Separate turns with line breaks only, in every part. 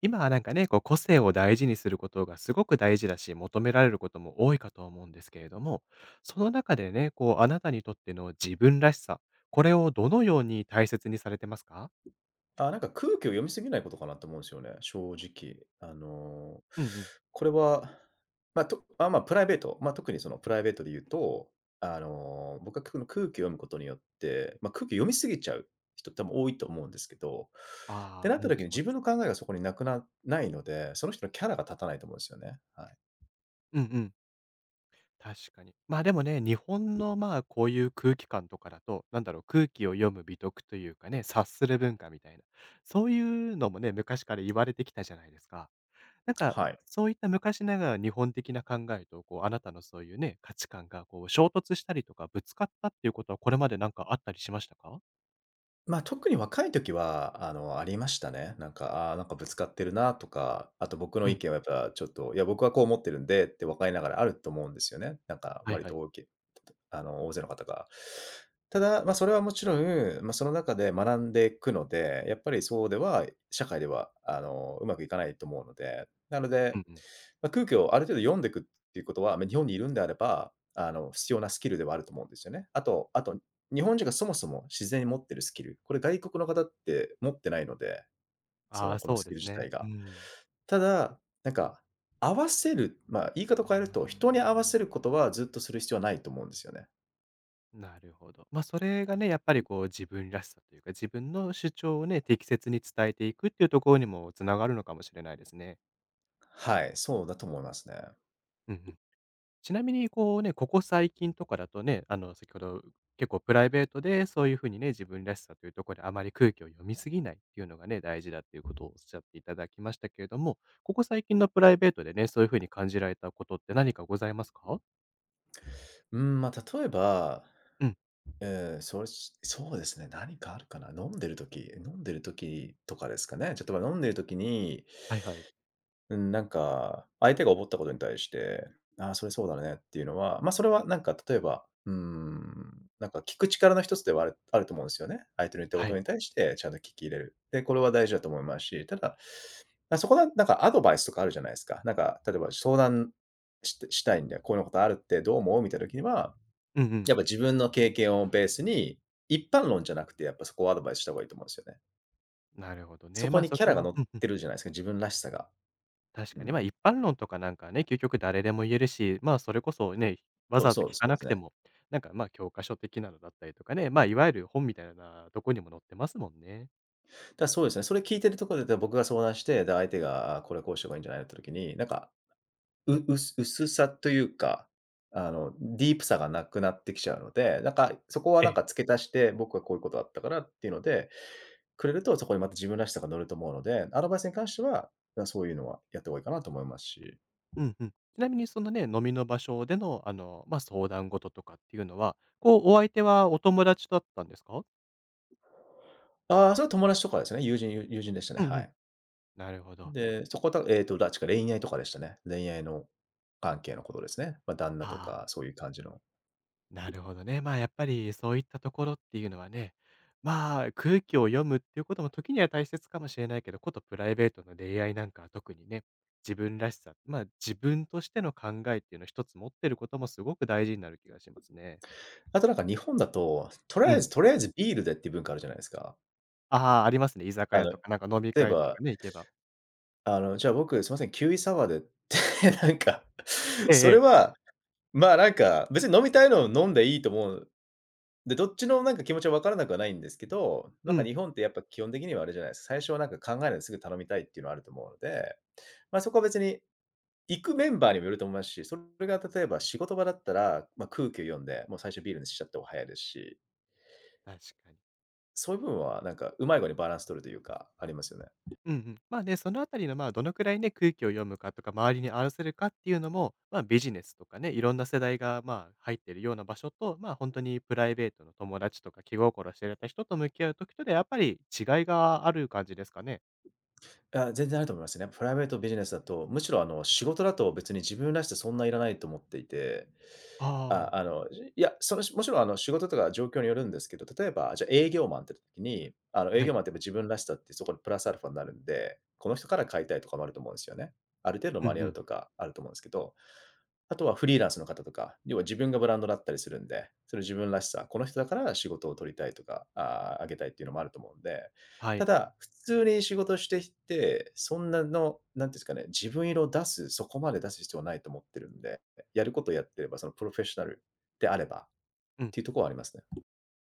今はなんかね、こう個性を大事にすることがすごく大事だし、求められることも多いかと思うんですけれども、その中でね、こうあなたにとっての自分らしさ、これをどのように大切にされてますか？
なんか空気を読みすぎないことかなと思うんですよね、正直。
うんうん。
これは、まあ、とあ、まあ、プライベート、特にそのプライベートで言うと、僕は空気を読むことによって、空気を読みすぎちゃう人多分多いと思うんですけど、って
ああ、
なっ
う
た
ん、
時に
そう
自
で
分
す
の考
ね。
えがそこになくなないので、その人のキャラが立たないと思うんですよね。はい。
うんうん。確かに。まあ、でもね、日本のまあ、こういう空気感とかだと、なんだろう、空気を読む美徳というかね、察する文化みたいな、そういうのもね、昔から言われてきたじゃないですか。なんか、
はい。
そういった昔ながら日本的な考えと、こう、あなたのそういうね、価値観がこう衝突したりとか、ぶつかったっていうことは、これまでなんかあったりしましたか？
特に若い時は、ありましたね。なんかぶつかってるなとか、あと僕の
う
意
ん、
見はやっぱちょっと、いや、僕はこう思ってるんでって分かりながらあると思うんですよね。なんか
はい
割
はい。
と大きい大勢の方が。ただ、それはもちろん、その中で学んでいくので、やっぱりそうでは社会では、うまくいかないと思うので、なの
う
で、
んうん。
空気をある程度読んでいくっていうことは、ま、日本にいるんであれば、必要なスキルではあると思うんですよね。あと日本人がそもそも自然に持ってるスキル、これ外国の方って持ってないので、そ
あ
の、
あ、
この
そ
ス
うで
キル
す
自
ね。
体
う
が。
ん。
ただ、合わせる、まあ、言い方を変えると、人に合わせることはずっとする必要はないと思うんですよね。
なるほど。まあ、それがね、やっぱりこう自分らしさというか、自分の主張をね、適切に伝えていくっていうところにもつながるのかもしれないですね。
はい、そうだと思いますね。
うんうん。ちなみにこうね、ここ最近とかだとね、あの、先ほど結構プライベートでそういう風にね、自分らしさというところであまり空気を読みすぎないっていうのがね、大事だっていうことをおっしゃっていただきましたけれども、ここ最近のプライベートでね、そういう風に感じられたことって何かございますか？
うん、まあ、例えば、
うん、
えーそうそうですね、何かあるかな。飲んでる時とかですかね。例えば飲んでる時に
はいはい。
相手が思ったことに対して、ああ、それそうだねっていうのは、まあ、それはなんか例えば、うーん、なんか聞く力の一つではあると思うんですよね。相手の言ったこ
は
と
い。
に対してちゃんと聞き入れる。で、これは大事だと思いますし、ただ、あそこはなんかアドバイスとかあるじゃないですか。なんか例えば相談したいんだよ、こういうことあるってどう思う？みたいな時には、
うんうん。
やっぱ自分の経験をベースに、一般論じゃなくてやっぱそこをアドバイスした方がいいと思うんですよね。
なるほど
そ
ね。
こ
ま、あ
に
そ
キャラ
こ
が
は
乗
う
っ
んうん。
てるじゃないですか、自分らしさが。
確
う
かに、
ん。
ま、一般論とかなんかはね、究極誰でも言えるし、まあ、それこそね、わざわざ聞
そ
か
う
な
です
くて
ね。
も、なんか、ま、あ教科書的なのだったりとかね、ま、あいわゆる本みたいなとこにも載ってますもんね。
そうですね。それ聞いてるところで、僕が相談して、で、相手が、あこれこうした方がいいんじゃないのって時に、なんか、ううす薄さというか、あの、ディープさがなくなってきちゃうので、そこは
え
なん
え、
か付け足して、僕はこういうことだったからっていうのでくれると、そこにまた自分らしさが乗ると思うので、アドバイスに関しては、そういうのはやった方がいいかなと思いますし。
うんうん。ちなみにそのね、飲みの場所での、あの、ま、相談事とかっていうのは、こう、お相手はお友達だったんですか？
ああ、それは友達とかですね。友人でしたね、
うんう
は
ん、
い。
なるほど。
で、そこはえっと、だちか恋愛とかでしたね。恋愛の関係のことですね。まあ、旦那と
あ
か
あ。
そういう感じの。
なるほどね。まあやっぱりそういったところっていうのはね、まあ空気を読むっていうことも時には大切かもしれないけど、ことプライベートの恋愛なんかは特にね、自分らしさ、まあ自分としての考えっていうのを一つ持ってることもすごく大事になる気がしますね。
あとなんか日本だと、とりあ
う
え
ん。
ずとりあえずビールでっていう文化あるじゃないですか。
ああ、ありますね。居酒
あ
屋
の、
とかなんか飲み
例え
会と
ば、
かね、行けば。
じゃあ僕すいません、キウイサワーでって、なんか、
ええ、
そ
え
れ
え。
は、まあ、なんか、別に飲みたいのを飲んでいいと思う。で、どっちのなんか気持ちは分からなくはないんですけど、な
う
んか
ん、
日本ってやっぱ基本的にはあれじゃないですか、最初はなんか考えないですぐ頼みたいっていうのはあると思うので、まあ、そこは別に行くメンバーにもよると思いますし、それが例えば仕事場だったら、まあ、空気を読んで、もう最初ビールにしちゃった方が早いですし。
確かに。
そういう部分はなんか、うまい具合にバランス取るというか、ありますよね。
うんうん。まあね、そのあたりの、まあ、どのくらいね、空気を読むかとか、周りに合わせるかっていうのも、まあ、ビジネスとかね、いろんな世代が、まあ、入ってるような場所と、まあ、本当にプライベートの友達とか、気心知れた人と向き合う時とで、やっぱり違いがある感じですかね？
あ、全然あると思いますね。プライベート、ビジネスだと、むしろあの仕事だと別に自分らしさそんないらないと思っていて、あ、
ああ、
あの、いや、その、もちろんあの仕事とか状況によるんですけど、例えば、じゃあ営業マンって時に、あの営
は
業
い。
マンってやっぱ自分らしさってそこにプラスアルファになるんで、この人から買いたいとかもあると思うんですよね。ある程度の
うん
マニュ
う
アル
ん。
とかあると思うんですけど、あとはフリーランスの方とか、要は自分がブランドだったりするんで、それ自分らしさ、この人だから仕事を取りたいとか、ああげたいっていうのもあると思うんで、
は
た
い。
だ、普通に仕事していて、そんなの、なんていうんですかね、自分色を出す、そこまで出す必要はないと思ってるんで、やることをやってれば、そのプロフェッショナルであればっ
うん。
ていうところはありますね。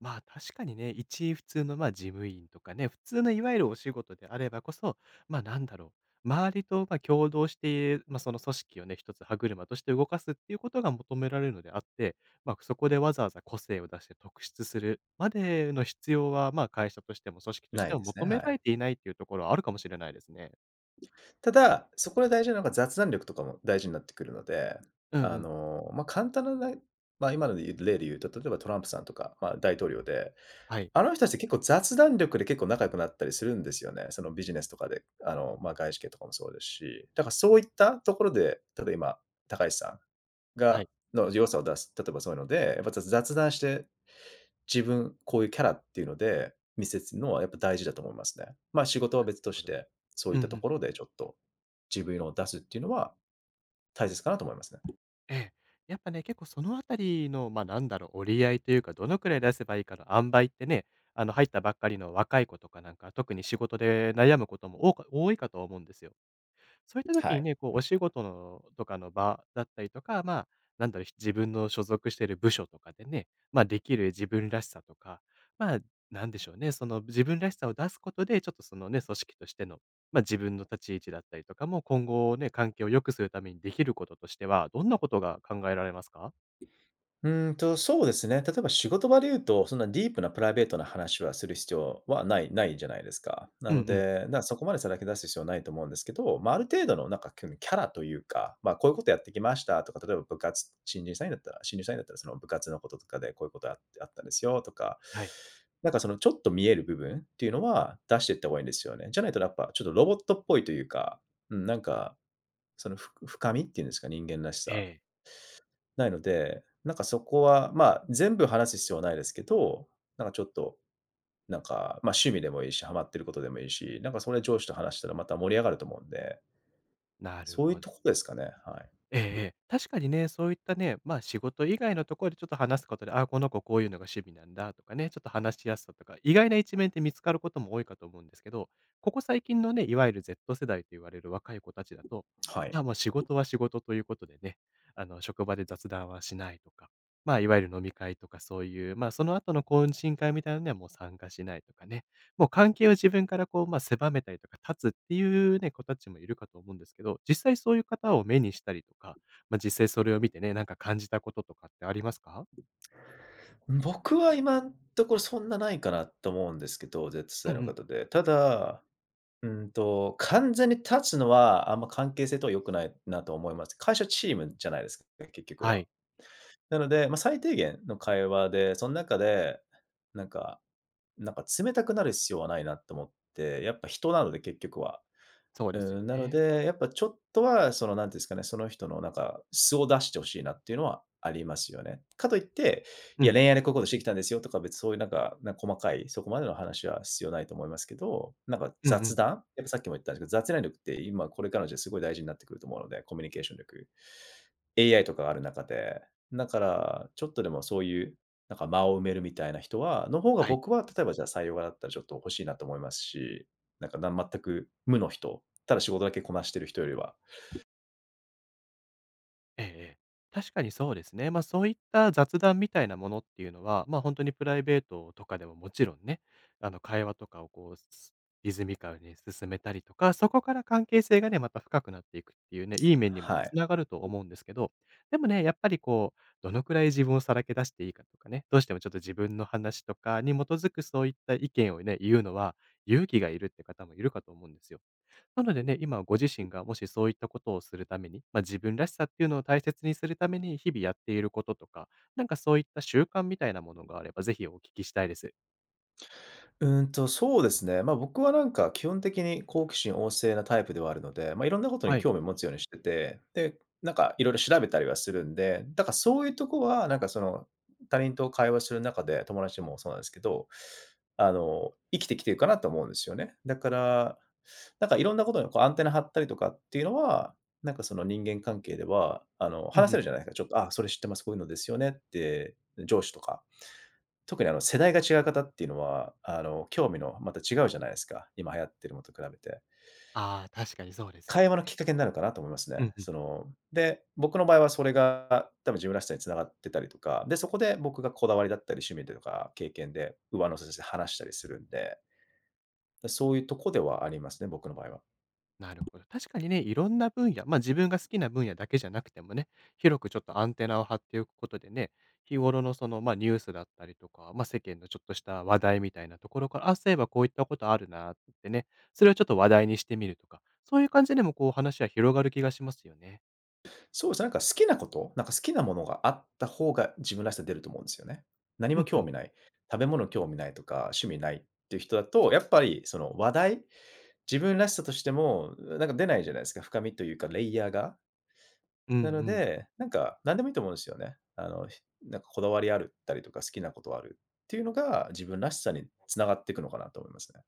まあ、確かにね、一普通の、まあ、事務員とかね、普通のいわゆるお仕事であればこそ、まあ、なんだろう、周りと、ま、協働して、まあ、その組織をね、一つ歯車として動かすっていうことが求められるのであって、ま、そこでわざわざ個性を出して特筆するまでの必要は、まあ、会社としても組織とし
な
て
い
も
ですね、
求め
は
ら
い。
れていないっていうところはあるかもしれないですね。
ただ、そこで大事なのが雑談力とかも大事になってくるので、
うん
あ
うん。
の、まあ、簡単なねまあ今ので言う例で言うと、例えばトランプさんとか、まあ、大統領で、
はい。
あの人たちって結構雑談力で結構仲良くなったりするんですよね。そのビジネスとかで、あの、まあ、外資系とかもそうですし、だからそういったところで、例えば今、高橋さん
は
が
い。
の良さを出す、例えばそういうので、やっぱ雑談して自分、こういうキャラっていうので、見せつのはやっぱ大事だと思いますね。まあ、仕事
な
は
る
別と
ほ
し
ど。
て、そうい
う
っ
んう
たと
ん。
ころでちょっと、自分を出すっていうのは大切かなと思いますね。
ええ。やっぱね、結構そのあたりの、ま、なんだろう、折り合いというか、どのくらい出せばいいかの塩梅ってね、あの、入ったばっかりの若い子とかなんか、特に仕事で悩むことも多いかと思うんですよ。そういった時
は
に
い。
ね、こうお仕事のとかの場だったりとか、まあ、なんだろう、自分の所属している部署とかでね、まあ、できる自分らしさとか、まあ、なんでしょうね、その自分らしさを出すことで、ちょっとそのね、組織としての、まあ、自分の立ち位置だったりとかも、今後ね、関係を良くするためにできることとしては、どんなことが考えられますか？
うーんと、そうですね。例えば仕事場で言うと、そんなディープなプライベートな話はする必要はない、ないじゃないですか。な
うんう
の
ん。
で、そこまでさらけ出す必要はないと思うんですけど、まあ、ある程度のなんかキャラというか、まあ、こういうことやってきましたとか、例えば部活、新入社員だったらその部活のこととかでこういうことあってあったんですよとか、
はい。
なんかそのちょっと見える部分っていうのは出していった方がいいんですよね。じゃないとやっぱちょっとロボットっぽいというか、うん、なんかそのふ深みっていうんですか、人間らし
え
さ。
え、
ないので、なんかそこは、まあ、全部話す必要はないですけど、なんかちょっと、なんか、ま、あ趣味でもいいし、ハマってることでもいいし、なんかそれ上司と話したらまた盛り上がると思うんで、
なる
そういう
ほど。
とこですかね、はい。
ええええ。確かにね、そういったね、ま、仕事以外のところでちょっと話すことで、ああ、この子こういうのが趣味なんだとかね、ちょっと話しやすさとか、意外な一面って見つかることも多いかと思うんですけど、ここ最近のね、いわゆる Z 世代と言われる若い子たちだと、
はい。
いや、もう仕事は仕事ということでね、あの、職場で雑談はしないとか、まあ、いわゆる飲み会とかそういう、まあ、その後の懇親会みたいなのにはもう参加しないとかね、もう関係を自分からこう、まあ、狭めたりとか、断つっていうね、子たちもいるかと思うんですけど、実際そういう方を目にしたりとか、まあ、実際それを見てね、なんか感じたこととかってありますか？
僕は今んところそんなないかなと思うんですけど、Z 世
う
代
ん
の
うん。
方で。ただ、うんと、完全に立つのは、あんま関係性とは良くないなと思います。会社チームじゃないですか、結局
は
は。
い。
なので、まあ、最低限の会話で、その中で、なんかなんか冷たくなる必要はないなと思って、やっぱ人なので結局は。
そう
う
ですよ
ん、なの
ね。
で、やっぱちょっとは、その、なんていうんですかね、その人のなんか素を出してほしいなっていうのはありますよね。かといって、
う
いや、
ん。
恋愛でこういうことしてきたんですよとか、別にそういうなんか、なんか細かい、そこまでの話は必要ないと思いますけど、なんか
うんう
雑
ん。
談やっぱさっきも言ったんですけど、雑談力って今これからの時代すごい大事になってくると思うので、コミュニケーション力。AI とかがある中で、だから、ちょっとでもそういう、なんか間を埋めるみたいな人はの方が
はい。
僕は例えばじゃあ採用だったらちょっと欲しいなと思いますし、なんか、な全く無の人ただ仕事だけこなしてる人よりは。
ええええ。確かにそうですね。ま、そういった雑談みたいなものっていうのは、ま、あ本当にプライベートとかでももちろんね、あの、会話とかをこう、リズミカルに進めたりとか、そこから関係性がね、また深くなっていくっていうね、いい面にも
は
つ
い。
ながると思うんですけど、でもね、やっぱりこう、どのくらい自分をさらけ出していいかとかね、どうしてもちょっと自分の話とかに基づくそういった意見をね、言うのは、勇気がいるって方もいるかと思うんですよ。なのでね、今ご自身がもしそういったことをするために、まあ、自分らしさっていうのを大切にするために、日々やっていることとか、なんかそういった習慣みたいなものがあれば、ぜひお聞きしたいです。
そうですね。ま、僕はなんか基本的に好奇心旺盛なタイプではあるので、ま、いろんなことに
はい。
興味持つようにしてて、で、なんかいろいろ調べたりはするんで、だからそういうとこはなんかその、他人と会話する中で、友達もそうなんですけど、生きてきてるかなと思うんですよね。だから、なんかいろんなことにこうアンテナ張ったりとかっていうのは、なんかその人間関係では、
うん
話
う
せ
ん。
るじゃないですか。ちょっと、あ、それ知ってます、こういうのですよねって、上司とか特にあの世代が違う方っていうのは、興味のまた違うじゃないですか、今流行ってるものと比べて。
ああ、確かにそうですよ
会
ね。
話のきっかけになるかなと思います
う
ね。
んうん。
その、で、僕の場合はそれが多分自分らしさに繋がってたりとか、で、そこで僕がこだわりだったり趣味でとか経験で上乗せして話したりするんで、そういうとこではありますね、僕の場合は。
なるほど。確かにね、いろんな分野、まあ自分が好きな分野だけじゃなくてもね、広くちょっとアンテナを張っておくことでね、日頃のその、まあニュースだったりとか、まあ世間のちょっとした話題みたいなところから、あ、そういえばこういったことあるなってね、それをちょっと話題にしてみるとか、そういう感じでもこう話は広がる気がしますよね。
そうですね、なんか好きなこと、なんか好きなものがあった方が自分らしさ出ると思うんですよね。何
う
も
んう
興
ん。
味ない、食べ物興味ないとか、趣味ないっていう人だと、やっぱりその話題自分らしさとしても、なんか出ないじゃないですか、深みというか、レイヤーが。
うん
なの
うん。
で、なんか何でもいいと思うんですよね。ひなんかこだわりあるったりとか、好きなことあるっていうのが、自分らしさに繋がっていくのかなと思いますね。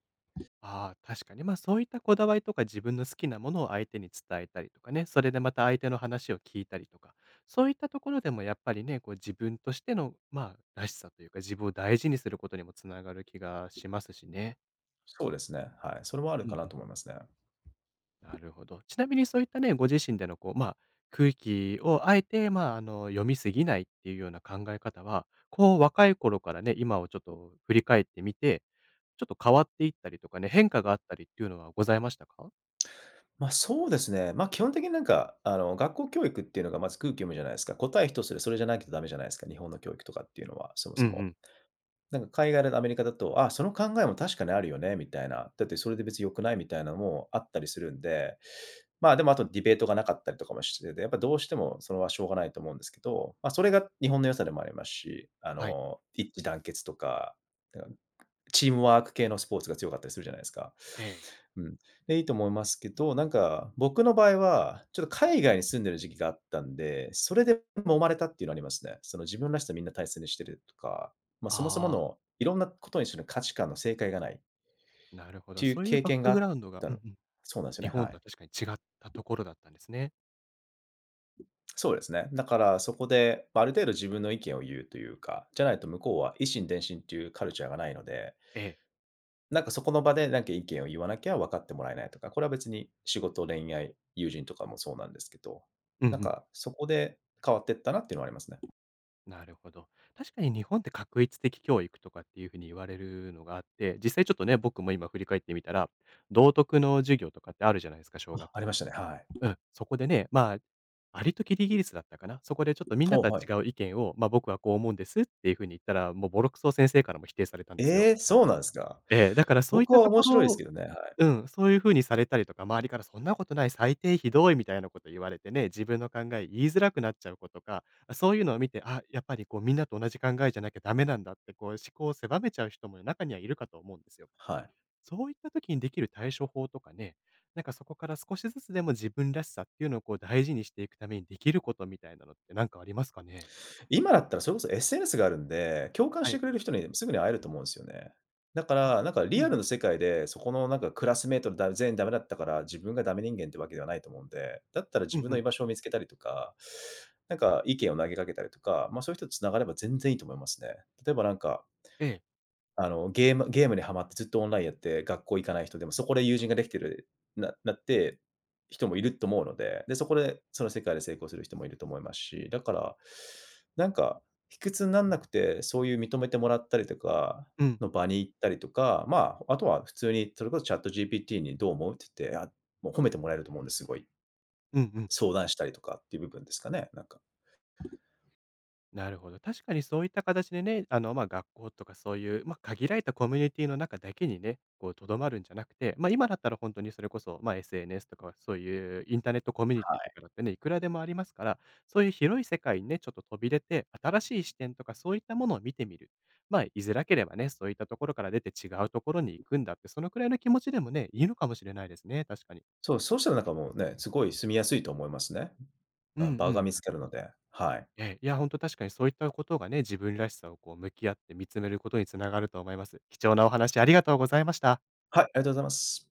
ああ、確かに。ま、あそういったこだわりとか自分の好きなものを相手に伝えたりとかね、それでまた相手の話を聞いたりとか、そういったところでもやっぱりね、こう自分としての、まあ、らしさというか、自分を大事にすることにもつながる気がしますしね。
そうですね、はい。それもある
う
か
ん
な
うん。
と思いますね。
なるほど。ちなみにそういったね、ご自身でのこう、空気をあえて、読みすぎないっていうような考え方は、こう若い頃からね、今をちょっと振り返ってみて、ちょっと変わっていったりとかね、変化があったりっていうのはございましたか？
ま、あそうですね、ま、あ基本的になんか、学校教育っていうのがまず空気読むじゃないですか。答え一つでそれじゃないとダメじゃないですか、日本の教育とかっていうのは、そも
うん
そ
う
も。
ん。
なんか海外だとアメリカだと、あ、その考えも確かにあるよね、みたいな。だってそれで別に良くないみたいなのもあったりするんで、まあ、でもあとディベートがなかったりとかもしてて、やっぱどうしてもそれはしょうがないと思うんですけど、ま、それが日本の良さでもありますし、
はい。
一致団結とか、なんかチームワーク系のスポーツが強かったりするじゃないですか。
ええ。
うん。で、いいと思いますけど、なんか僕の場合は、ちょっと海外に住んでる時期があったんで、それで揉まれたっていうのありますね。その自分らしさみんな大切にしてるとか、まあ、そもそも
ああ、
のいろんなことにする価値観の正解がないっ
なるほど。
ていう
そういう
経
バッ
験が
ク
あ
グ
っ
ラウンドが、
た
う
の
んうん、
そうなんですよ
日
ね、
本
は
と
い。
は確かに違ったところだったんですね。
そうですね。だからそこで、まあ、ある程度自分の意見を言うというか、じゃないと向こうは以心伝心っていうカルチャーがないので
ええ。
なんかそこの場でなんか意見を言わなきゃ分かってもらえないとか、これは別に仕事、恋愛、友人とかもそうなんですけど、
うんう
なん
ん。
かそこで変わってったなっていうのはありますね。
なるほど。確かに日本って画一的教育とかっていう風に言われるのがあって、実際ちょっとね、僕も今振り返ってみたら、道徳の授業とかってあるじゃないですか、小
あ、
学
ありま
校。
したね、はい。
うん、そこでね、ありとキリギリスだったかな。そこでちょっとみんな
お
とは
はい。
違う意見を、ま、僕はこう思うんですっていう風に言ったら、もうボロクソ先生からも否定されたんですよ。
ええ、そうなんですか。
ええ、だからそういっ
僕
た
は
とこ
面白いです
ろ
けどね、はい。
うん、そういう風にされたりとか、周りから「そんなことない、最低、ひどい」みたいなこと言われてね、自分の考え言いづらくなっちゃうことか、そういうのを見て、あ、やっぱりこうみんなと同じ考えじゃなきゃダメなんだって、こう思考を狭めちゃう人も中にはいるかと思うんですよ。
はい。
そういった時にできる対処法とかね、なんかそこから少しずつでも自分らしさっていうのをこう大事にしていくためにできることみたいなのってなんかありますかね？
今だったらそれこそ SNS があるんで、共感し
は
て
い。
くれる人にすぐに会えると思うんですよね。だか
ああ、
ら、なんか
う
リ
んう
アルの
ん。
世界で、そこのなんかクラスメイトのだ全員ダメだったから、自分がダメ人間ってわけではないと思うんで、だったら
う
自
ん
分
う
の居
ん。
場所を見つけたりとか、なんか意見を投げかけたりとか、ま、そういう人と繋がれば全然いいと思いますね。例えばなんか
ええ。
ゲームにハマってずっとオンラインやって学校行かない人でも、そこで友人ができてるななって、人もいると思うので、で、そこでその世界で成功する人もいると思いますし、だから、なんか、卑屈になんなくて、そういう認めてもらったりとか
うん。
の場に行ったりとか、まあ、あとは普通にそれこそチャット GPT にどう思うって言って、あ、もう褒めてもらえると思うんです、すごい。
うんうん。
相談したりとかっていう部分ですかね、なんか。
なるほど。確かにそういった形でね、学校とかそういう、まあ、限られたコミュニティの中だけにね、こう、とどまるんじゃなくて、まあ、今だったら本当にそれこそ、まあ、SNS とかそういうインターネットコミュニ
は
ティと
い。
かだってね、いくらでもありますから、そういう広い世界にね、ちょっと飛び出て、新しい視点とかそういったものを見てみる。ま、あ、いづらければね、そういったところから出て違うところに行くんだって、そのくらいの気持ちでもね、いいのかもしれないですね、確かに。
そう、そうしたらなんかもうね、すごい住みやすいと思いますね。
うんう
場
ん、
が見
な
つか
る
る
ほ
の
ど。
で、はい。
ええ、いや、本当確かにそういったことがね、自分らしさをこう向き合って見つめることにつながると思います。貴重なお話ありがとうございました。
はい、ありがとうございます。